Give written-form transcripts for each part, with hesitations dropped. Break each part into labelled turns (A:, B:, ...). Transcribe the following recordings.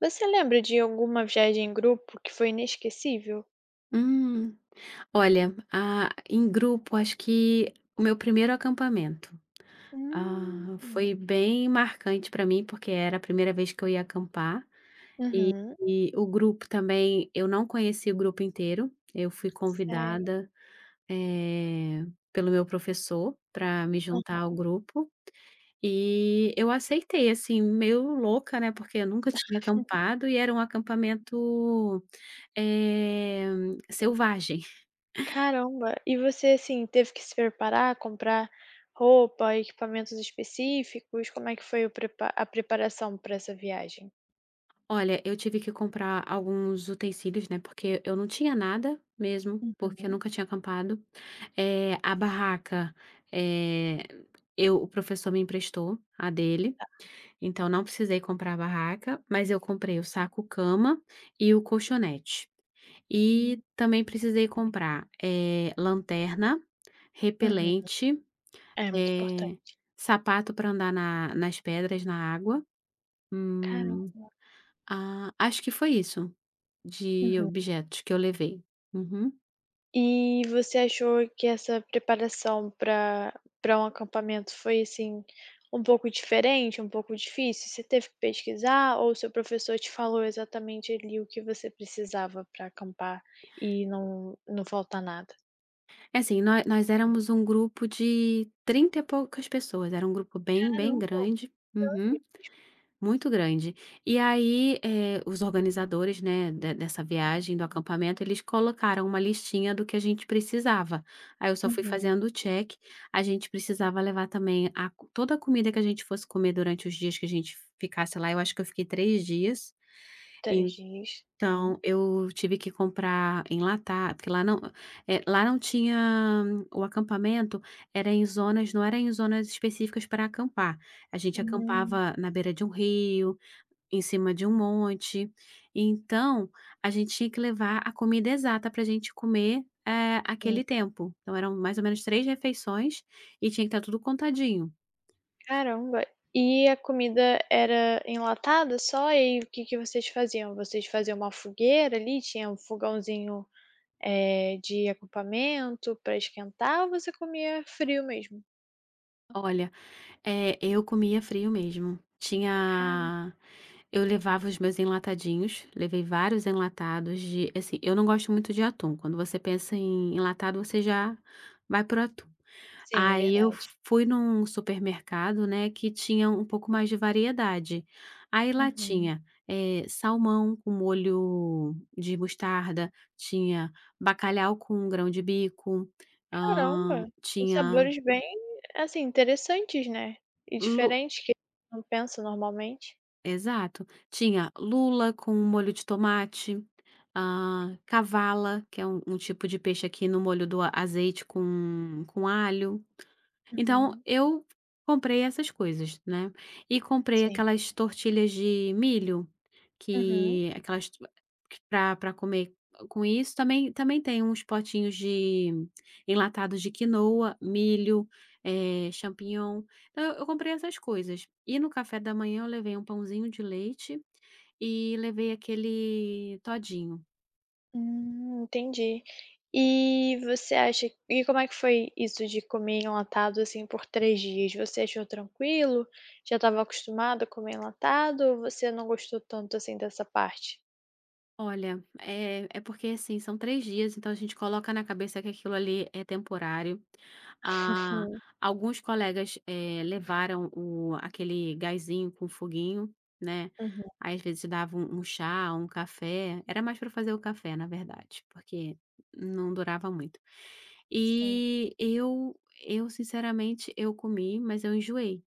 A: Você lembra de alguma viagem em grupo que foi inesquecível?
B: Hum, olha, em grupo, acho que o meu primeiro acampamento,
A: Hum.
B: foi bem marcante para mim, porque era a primeira vez que eu ia acampar, e
A: Uhum.
B: o grupo também, eu não conheci o grupo inteiro, eu fui
A: Sério?
B: convidada, eh, pelo meu professor para me juntar ao grupo, e eu aceitei, assim, meio louca, né, porque eu nunca tinha acampado e era um acampamento, eh, selvagem.
A: Caramba! E você, assim, teve que se preparar, comprar roupa, equipamentos específicos? Como é que foi o prepa a preparação para essa viagem?
B: Olha, eu tive que comprar alguns utensílios, né, porque eu não tinha nada mesmo, porque eu
A: Uhum.
B: nunca tinha acampado. A barraca, eh, eu o professor me emprestou a dele, então não precisei comprar a barraca, mas eu comprei o saco-cama e o colchonete.
A: Hum.
B: E também
A: Hum.
B: precisei comprar, lanterna,
A: Uhum.
B: repelente,
A: É muito
B: eh,
A: importante.
B: sapato para andar na nas pedras, na água. Hum,
A: Caramba!
B: acho que foi isso. De
A: Uhum.
B: objetos que eu levei. Uhum.
A: E você achou que essa preparação para para um acampamento foi, assim, um pouco diferente, um pouco difícil? Você teve que pesquisar ou seu professor te falou exatamente ali o que você precisava para acampar e não faltar nada?
B: É assim, nó nós éramos um grupo de 30 e poucas pessoas, era um grupo bem, bem
A: Caramba,
B: grande.
A: olha.
B: Uhum. Muito grande. E aí, os organizadores, né, de dessa viagem, do acampamento, eles colocaram uma listinha do que a gente precisava. Aí eu só fui
A: Uhum.
B: fazendo o check. A gente precisava levar também a co toda a comida que a gente fosse comer durante os dias que a gente ficasse lá, eu acho que eu fiquei 3 dias.
A: 3 dias. Hum.
B: Então, eu tive que comprar enlatar porque lá não tinha. O acampamento era em zonas não era em zonas específicas para acampar. A gente
A: Hum.
B: acampava na beira de um rio, em cima de um monte, então a gente tinha que levar a comida exata para a gente comer,
A: Hum.
B: aquele tempo. Então eram mais ou menos 3 refeições e tinha que estar tudo contadinho.
A: Caramba. E a comida era enlatada só? E aí o que que vocês faziam? Vocês faziam uma fogueira ali? Tinha um fogãozinho de acampamento para esquentar ou você comia frio mesmo?
B: Olha, é, eu comia frio mesmo.
A: Ah,
B: Tinha Eu levava os meus enlatadinhos, levei vários enlatados de assim, eu não gosto muito de atum. Quando você pensa em enlatado, você já vai pro atum.
A: sim,
B: Aí eu
A: verdade.
B: fui num supermercado, né, que tinha um pouco mais de variedade. Aí lá
A: Uhum.
B: tinha, salmão com molho de mostarda, tinha bacalhau com grão de bico,
A: Caramba,
B: hã,
A: uns
B: tinha
A: sabores bem, assim, interessantes, né, e diferentes que não pensa normalmente.
B: Exato. Tinha lula com molho de tomate, cavala, que é um tipo de peixe aqui no molho azeite com alho. Então
A: Uhum,
B: eu comprei essas coisas, né, e comprei
A: sim.
B: aquelas tortilhas de milho,
A: Uhum.
B: que aquelas para pra comer com isso, também tem uns potinhos de enlatados de quinoa, milho, champignon, então eu comprei essas coisas. E no café da manhã eu levei um pãozinho de leite e levei aquele todinho.
A: Entendi. E você acha e como é que foi isso de comer enlatado, assim, por 3 dias? Você achou tranquilo? Já estava acostumado a comer enlatado ou você não gostou tanto, assim, dessa parte?
B: Olha, é porque, assim, são 3 dias, então a gente coloca na cabeça que aquilo ali é temporário. Ah,
A: Uhum,
B: alguns colegas, levaram o aquele gásinho com foguinho, né,
A: uhum.
B: aí às vezes dava um chá, um café, era mais para fazer o café, na verdade, porque não durava muito.
A: Sim,
B: E eu sinceramente, eu comi, mas eu enjoei.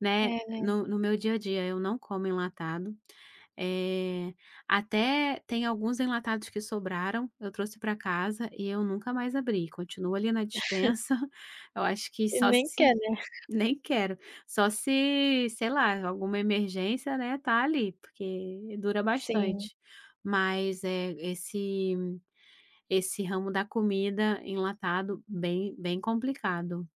B: Né,
A: é, né.
B: no meu dia a dia eu não como enlatado, eh, até tem alguns enlatados que sobraram, eu trouxe para casa e eu nunca mais abri, continua ali na despensa, eu acho que
A: E
B: só
A: nem
B: se.
A: quer, né.
B: Nem quero, só se, sei lá, alguma emergência, né, tá ali, porque dura
A: Sim,
B: bastante. Mas, é esse ramo da comida enlatado bem complicado.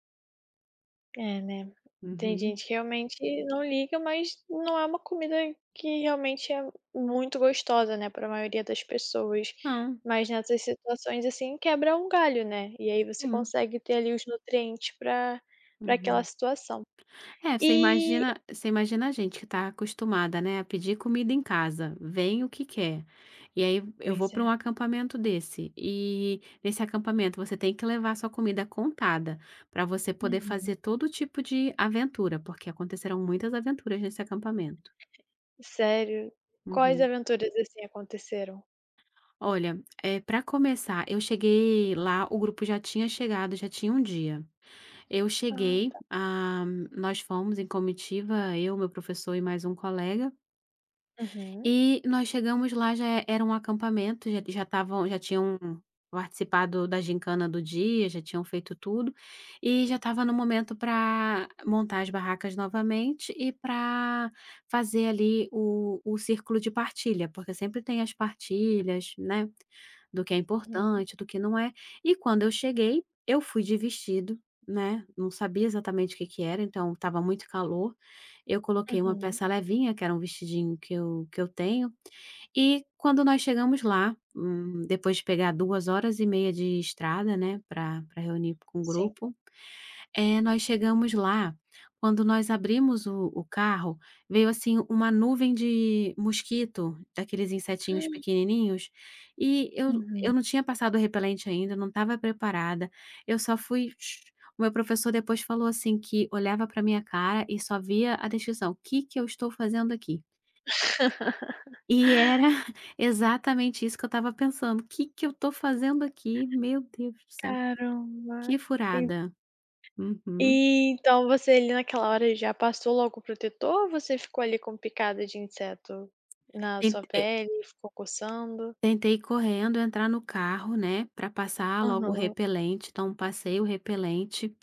A: é, né. Tem
B: Uhum.
A: gente que realmente não liga, mas não é uma comida que realmente é muito gostosa, né, para a maioria das pessoas.
B: Não,
A: Mas nessas situações, assim, quebra um galho, né, e aí você
B: sim.
A: consegue ter ali os nutrientes para para aquela
B: Uhum.
A: situação.
B: É,
A: E
B: você imagina a gente que está acostumada, né, a pedir comida em casa, vem o que quer. E aí eu
A: pois
B: vou para um
A: é.
B: acampamento desse, e nesse acampamento você tem que levar sua comida contada, para você poder
A: Uhum.
B: fazer todo tipo de aventura, porque aconteceram muitas aventuras nesse acampamento.
A: Sério? Quais
B: Uhum.
A: aventuras, assim, aconteceram?
B: Olha, para começar, eu cheguei lá, o grupo já tinha chegado, já tinha um dia. Eu
A: Ah,
B: cheguei,
A: tá.
B: nós fomos em comitiva, eu, meu professor e mais um colega.
A: Uhum,
B: E nós chegamos lá, já e era um acampamento, já já estavam já tinham participado da gincana do dia, já tinham feito tudo, e já estava no momento para montar as barracas novamente e para fazer ali o círculo de partilha, porque sempre tem as partilhas, né, do que é
A: uhum,
B: importante, do que não é. E quando eu cheguei, eu fui de vestido, né, não sabia exatamente o que que era, então estava muito calor. Eu coloquei uma
A: uhum.
B: peça levinha, que era um vestidinho que eu tenho, e quando nós chegamos lá, depois de pegar 2h30 de estrada, né, para pra reunir com o
A: Sim.
B: grupo, é, nós chegamos lá, quando nós abrimos o carro, veio, assim, uma nuvem de mosquito, daqueles insetinhos pequenininhos, e
A: Uhum.
B: eu não tinha passado o repelente ainda, não estava preparada. Eu só fui o meu professor depois falou, assim, que olhava para minha cara e só via a descrição: o "Que que eu estou fazendo aqui?". E era exatamente isso que eu estava pensando: o "Que que eu estou fazendo aqui? Meu Deus do céu,
A: Caramba.
B: que
A: E
B: furada". Uhum.
A: e então você ali naquela hora já passou logo o protetor ou você ficou ali com picada de inseto na sua
B: Ent
A: pele ficou coçando?
B: Tentei correndo entrar no carro, né, para passar logo o
A: Aham.
B: repelente, então passei o repelente,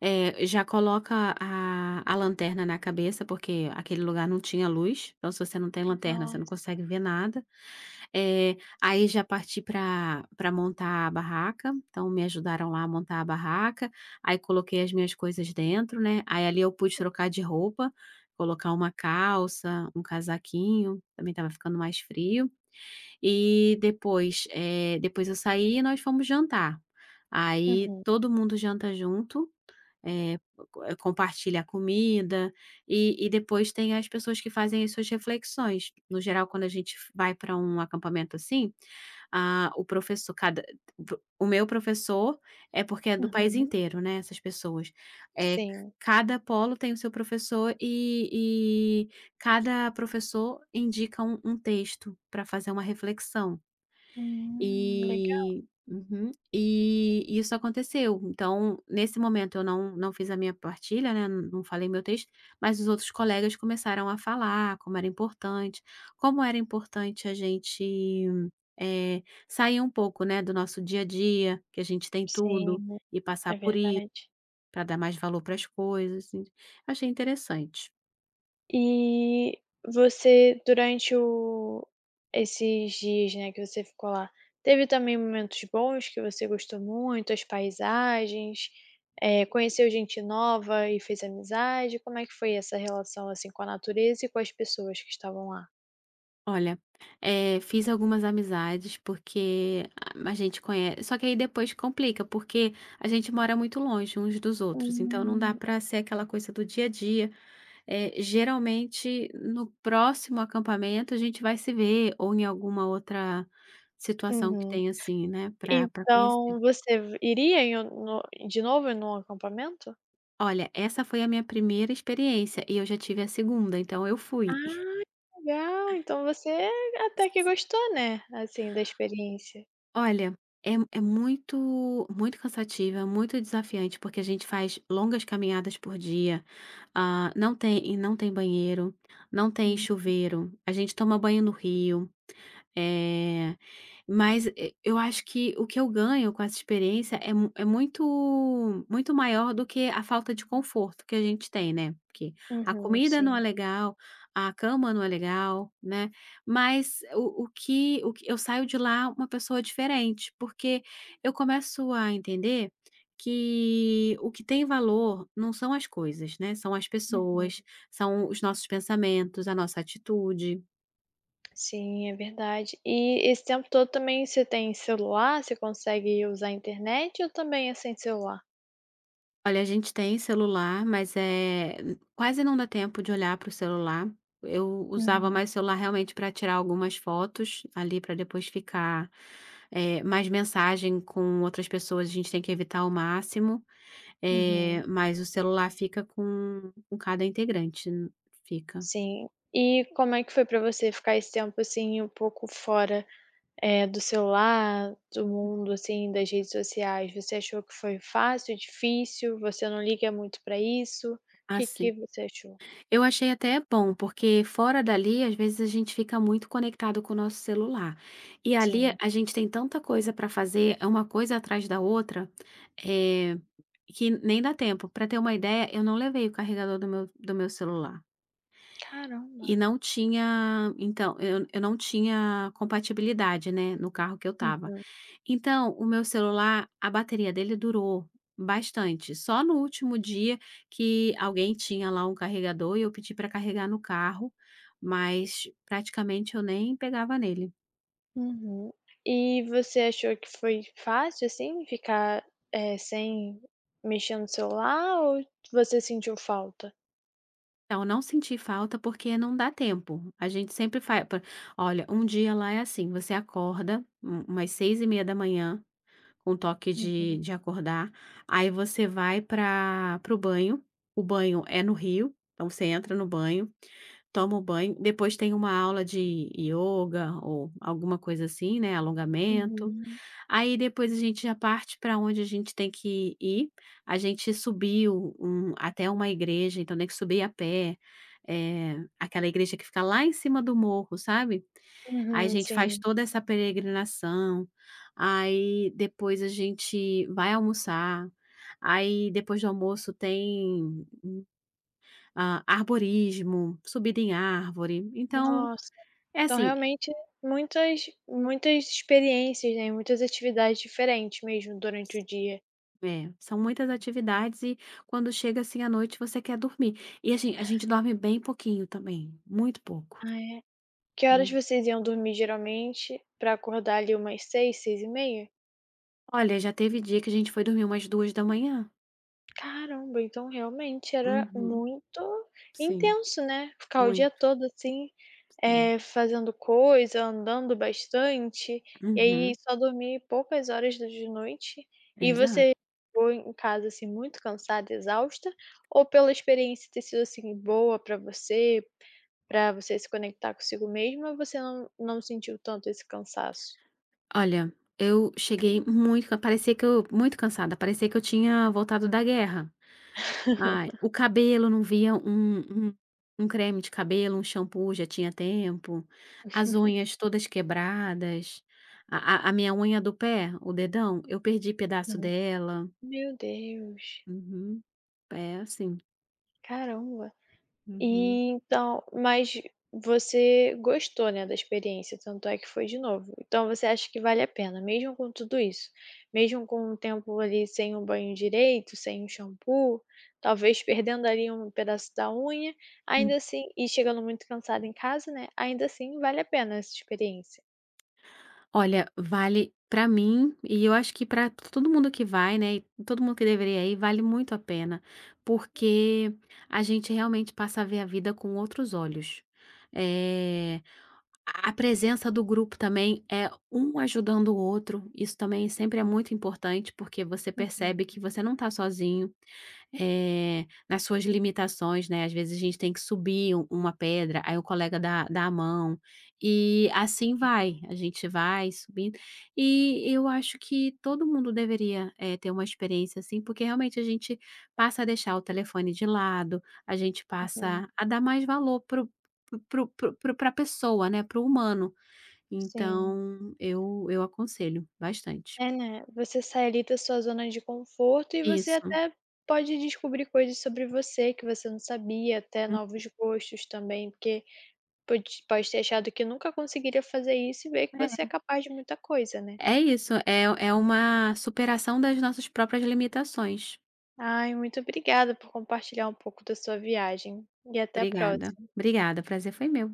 B: já coloca a lanterna na cabeça, porque aquele lugar não tinha luz, então se você não tem lanterna, você não
A: Nossa.
B: consegue ver nada. Eh, aí já parti para pra montar a barraca, então me ajudaram lá a montar a barraca, aí coloquei as minhas coisas dentro, né, aí ali eu pude trocar de roupa, colocar uma calça, um casaquinho, também estava ficando mais frio. E depois, depois eu saí e nós fomos jantar. Aí
A: Uhum,
B: todo mundo janta junto, eh, compartilha a comida, e depois tem as pessoas que fazem as suas reflexões. No geral, quando a gente vai para um acampamento assim, ah, o professor cada pro o meu professor é porque é do país
A: uhum.
B: inteiro, né, essas pessoas. Eh,
A: Sim.
B: cada polo tem o seu professor e e cada professor indica um texto para fazer uma reflexão.
A: Legal.
B: E e isso aconteceu. Então, nesse momento eu não fiz a minha partilha, né, não falei meu texto, mas os outros colegas começaram a falar como era importante a gente, eh, sair um pouco, né, do nosso dia a dia, que a gente tem tudo,
A: Sim,
B: e passar
A: é
B: por isso,
A: verdade.
B: para dar mais valor para as coisas, assim. Achei interessante.
A: E você, durante o esses dias, né, que você ficou lá, teve também momentos bons que você gostou muito, as paisagens, conheceu gente nova e fez amizade? Como é que foi essa relação, assim, com a natureza e com as pessoas que estavam lá?
B: Olha, fiz algumas amizades, porque a gente conhece. Só que aí depois complica, porque a gente mora muito longe uns dos outros, então não dá
A: Hum,
B: para ser aquela coisa do dia a dia. Geralmente, no próximo acampamento a gente vai se ver, ou em alguma outra situação que
A: uhum.
B: tem assim, né, para conhecer.
A: Então você v iria em um no de novo em um acampamento?
B: Olha, essa foi a minha primeira experiência, e eu já tive a segunda, então eu fui.
A: Ah, legal, então você até que gostou, né, assim, da experiência.
B: Olha, é muito cansativa, muito desafiante, porque a gente faz longas caminhadas por dia, não tem banheiro, não tem
A: Hum,
B: chuveiro, a gente toma banho no rio. Eh, eu acho que o que eu ganho com essa experiência é mu é muito muito maior do que a falta de conforto que a gente tem, né, porque a
A: uhum,
B: comida não é
A: sim.
B: legal, a cama não é legal, né, mas o que eu saio de lá uma pessoa diferente, porque eu começo a entender que o que tem valor não são as coisas, né, são as
A: Uhum.
B: pessoas, são os nossos pensamentos, a nossa atitude.
A: Sim, é verdade. E esse tempo todo também você tem celular? Você consegue usar a internet ou também é sem celular?
B: Olha, a gente tem celular, mas, quase não dá tempo de olhar para o celular. Eu usava
A: Uhum,
B: mais o celular realmente para tirar algumas fotos ali para depois ficar, mais mensagem com outras pessoas, a gente tem que evitar ao máximo,
A: uhum.
B: mas o celular fica com cada integrante, fica.
A: Sim. E como é que foi pra você ficar esse tempo, assim, um pouco fora, do celular, do mundo, assim, das redes sociais? Você achou que foi fácil, difícil? Você não liga muito pra isso? Que
B: Assim
A: você achou?
B: Eu achei até bom, porque fora dali, às vezes, a gente fica muito conectado com o nosso celular. E ali
A: Sim.
B: a gente tem tanta coisa para fazer, é uma coisa atrás da outra, eh, que nem dá tempo. Para ter uma ideia, eu não levei o carregador do meu celular.
A: Caramba.
B: E não tinha, então, eu não tinha compatibilidade, né, no carro que eu estava.
A: Uhum.
B: Então, o meu celular, a bateria dele durou bastante. Só no último dia que alguém tinha lá um carregador e eu pedi para carregar no carro, mas praticamente eu nem pegava nele.
A: Uhum. E você achou que foi fácil, assim, ficar, sem mexer no celular ou você sentiu falta?
B: Então, não senti falta porque não dá tempo. A gente sempre faz. Olha, um dia lá é assim: você acorda umas 6:30 da manhã, com toque
A: Uhum,
B: de acordar, aí você vai para o banho. O banho é no rio, então você entra no banho. Tomo banho, depois tem uma aula de ioga ou alguma coisa assim, né, alongamento.
A: uhum.
B: Aí depois a gente já parte para onde a gente tem que ir. A gente subiu até uma igreja, então tem que subir a pé, é aquela igreja que fica lá em cima do morro, sabe. Aí a
A: Uhum,
B: gente faz
A: sim.
B: toda essa peregrinação, aí depois a gente vai almoçar, aí depois do almoço tem, arborismo, subida em árvore. Então
A: Nossa,
B: é
A: então
B: assim,
A: realmente muitas muitas experiências, né, muitas atividades diferentes mesmo durante o dia.
B: é, são muitas atividades e quando chega, assim, à noite, você quer dormir. E a gente dorme bem pouquinho também, muito pouco.
A: Ah, é. Que horas
B: Hum.
A: vocês iam dormir geralmente pra acordar ali umas 6, 6:30?
B: Olha, já teve dia que a gente foi dormir umas 2h.
A: Caramba, então realmente era
B: Uhum.
A: muito
B: Sim,
A: intenso, né, ficar o dia
B: muito,
A: todo assim,
B: sim.
A: fazendo coisa, andando bastante, e aí
B: Uhum.
A: só dormir poucas horas da de noite. E
B: Exato.
A: você chegou em casa, assim, muito cansada, exausta, ou pela experiência ter sido, assim, boa pra você se conectar consigo mesma, você não sentiu tanto esse cansaço?
B: Olha, eu cheguei muito ca parecia que eu tinha voltado da guerra. Ai, o cabelo não via um um creme de cabelo, um shampoo já tinha tempo, as unhas todas quebradas, a minha unha do pé, o dedão, eu perdi pedaço
A: Hum.
B: dela.
A: Meu Deus,
B: Uhum. É assim.
A: caramba.
B: Uhum.
A: E então mas você gostou, né, da experiência, tanto é que foi de novo. Então você acha que vale a pena, mesmo com tudo isso? Mesmo com um tempo ali sem um banho direito, sem um shampoo, talvez perdendo ali um pedaço da unha, ainda
B: Hum.
A: assim e chegando muito cansada em casa, né, ainda assim vale a pena essa experiência?
B: Olha, vale pra mim e eu acho que pra todo mundo que vai, né, e todo mundo que deveria ir, vale muito a pena, porque a gente realmente passa a ver a vida com outros olhos. É. A presença do grupo também é um ajudando o outro, isso também sempre é muito importante, porque você percebe que
A: Uhum,
B: você não está sozinho, nas suas limitações, né, às vezes a gente tem que subir uma pedra, aí o colega dá a mão, e assim vai, a gente vai subindo. E eu acho que todo mundo deveria, ter uma experiência assim, porque realmente a gente passa a deixar o telefone de lado, a gente passa
A: uhum.
B: a dar mais valor para para a pessoa, né, para o humano.
A: Sim.
B: Então eu aconselho bastante.
A: É, né, você sai ali da sua zona de conforto e você
B: Isso.
A: até pode descobrir coisas sobre você que você não sabia, até
B: Hum.
A: novos gostos também, porque pode ter achado que nunca conseguiria fazer isso e ver que você é
B: É.
A: capaz de muita coisa, né.
B: É isso, é uma superação das nossas próprias limitações.
A: Ai, muito obrigada por compartilhar um pouco da sua viagem, e até a
B: Obrigada,
A: próxima.
B: obrigada, o prazer foi meu.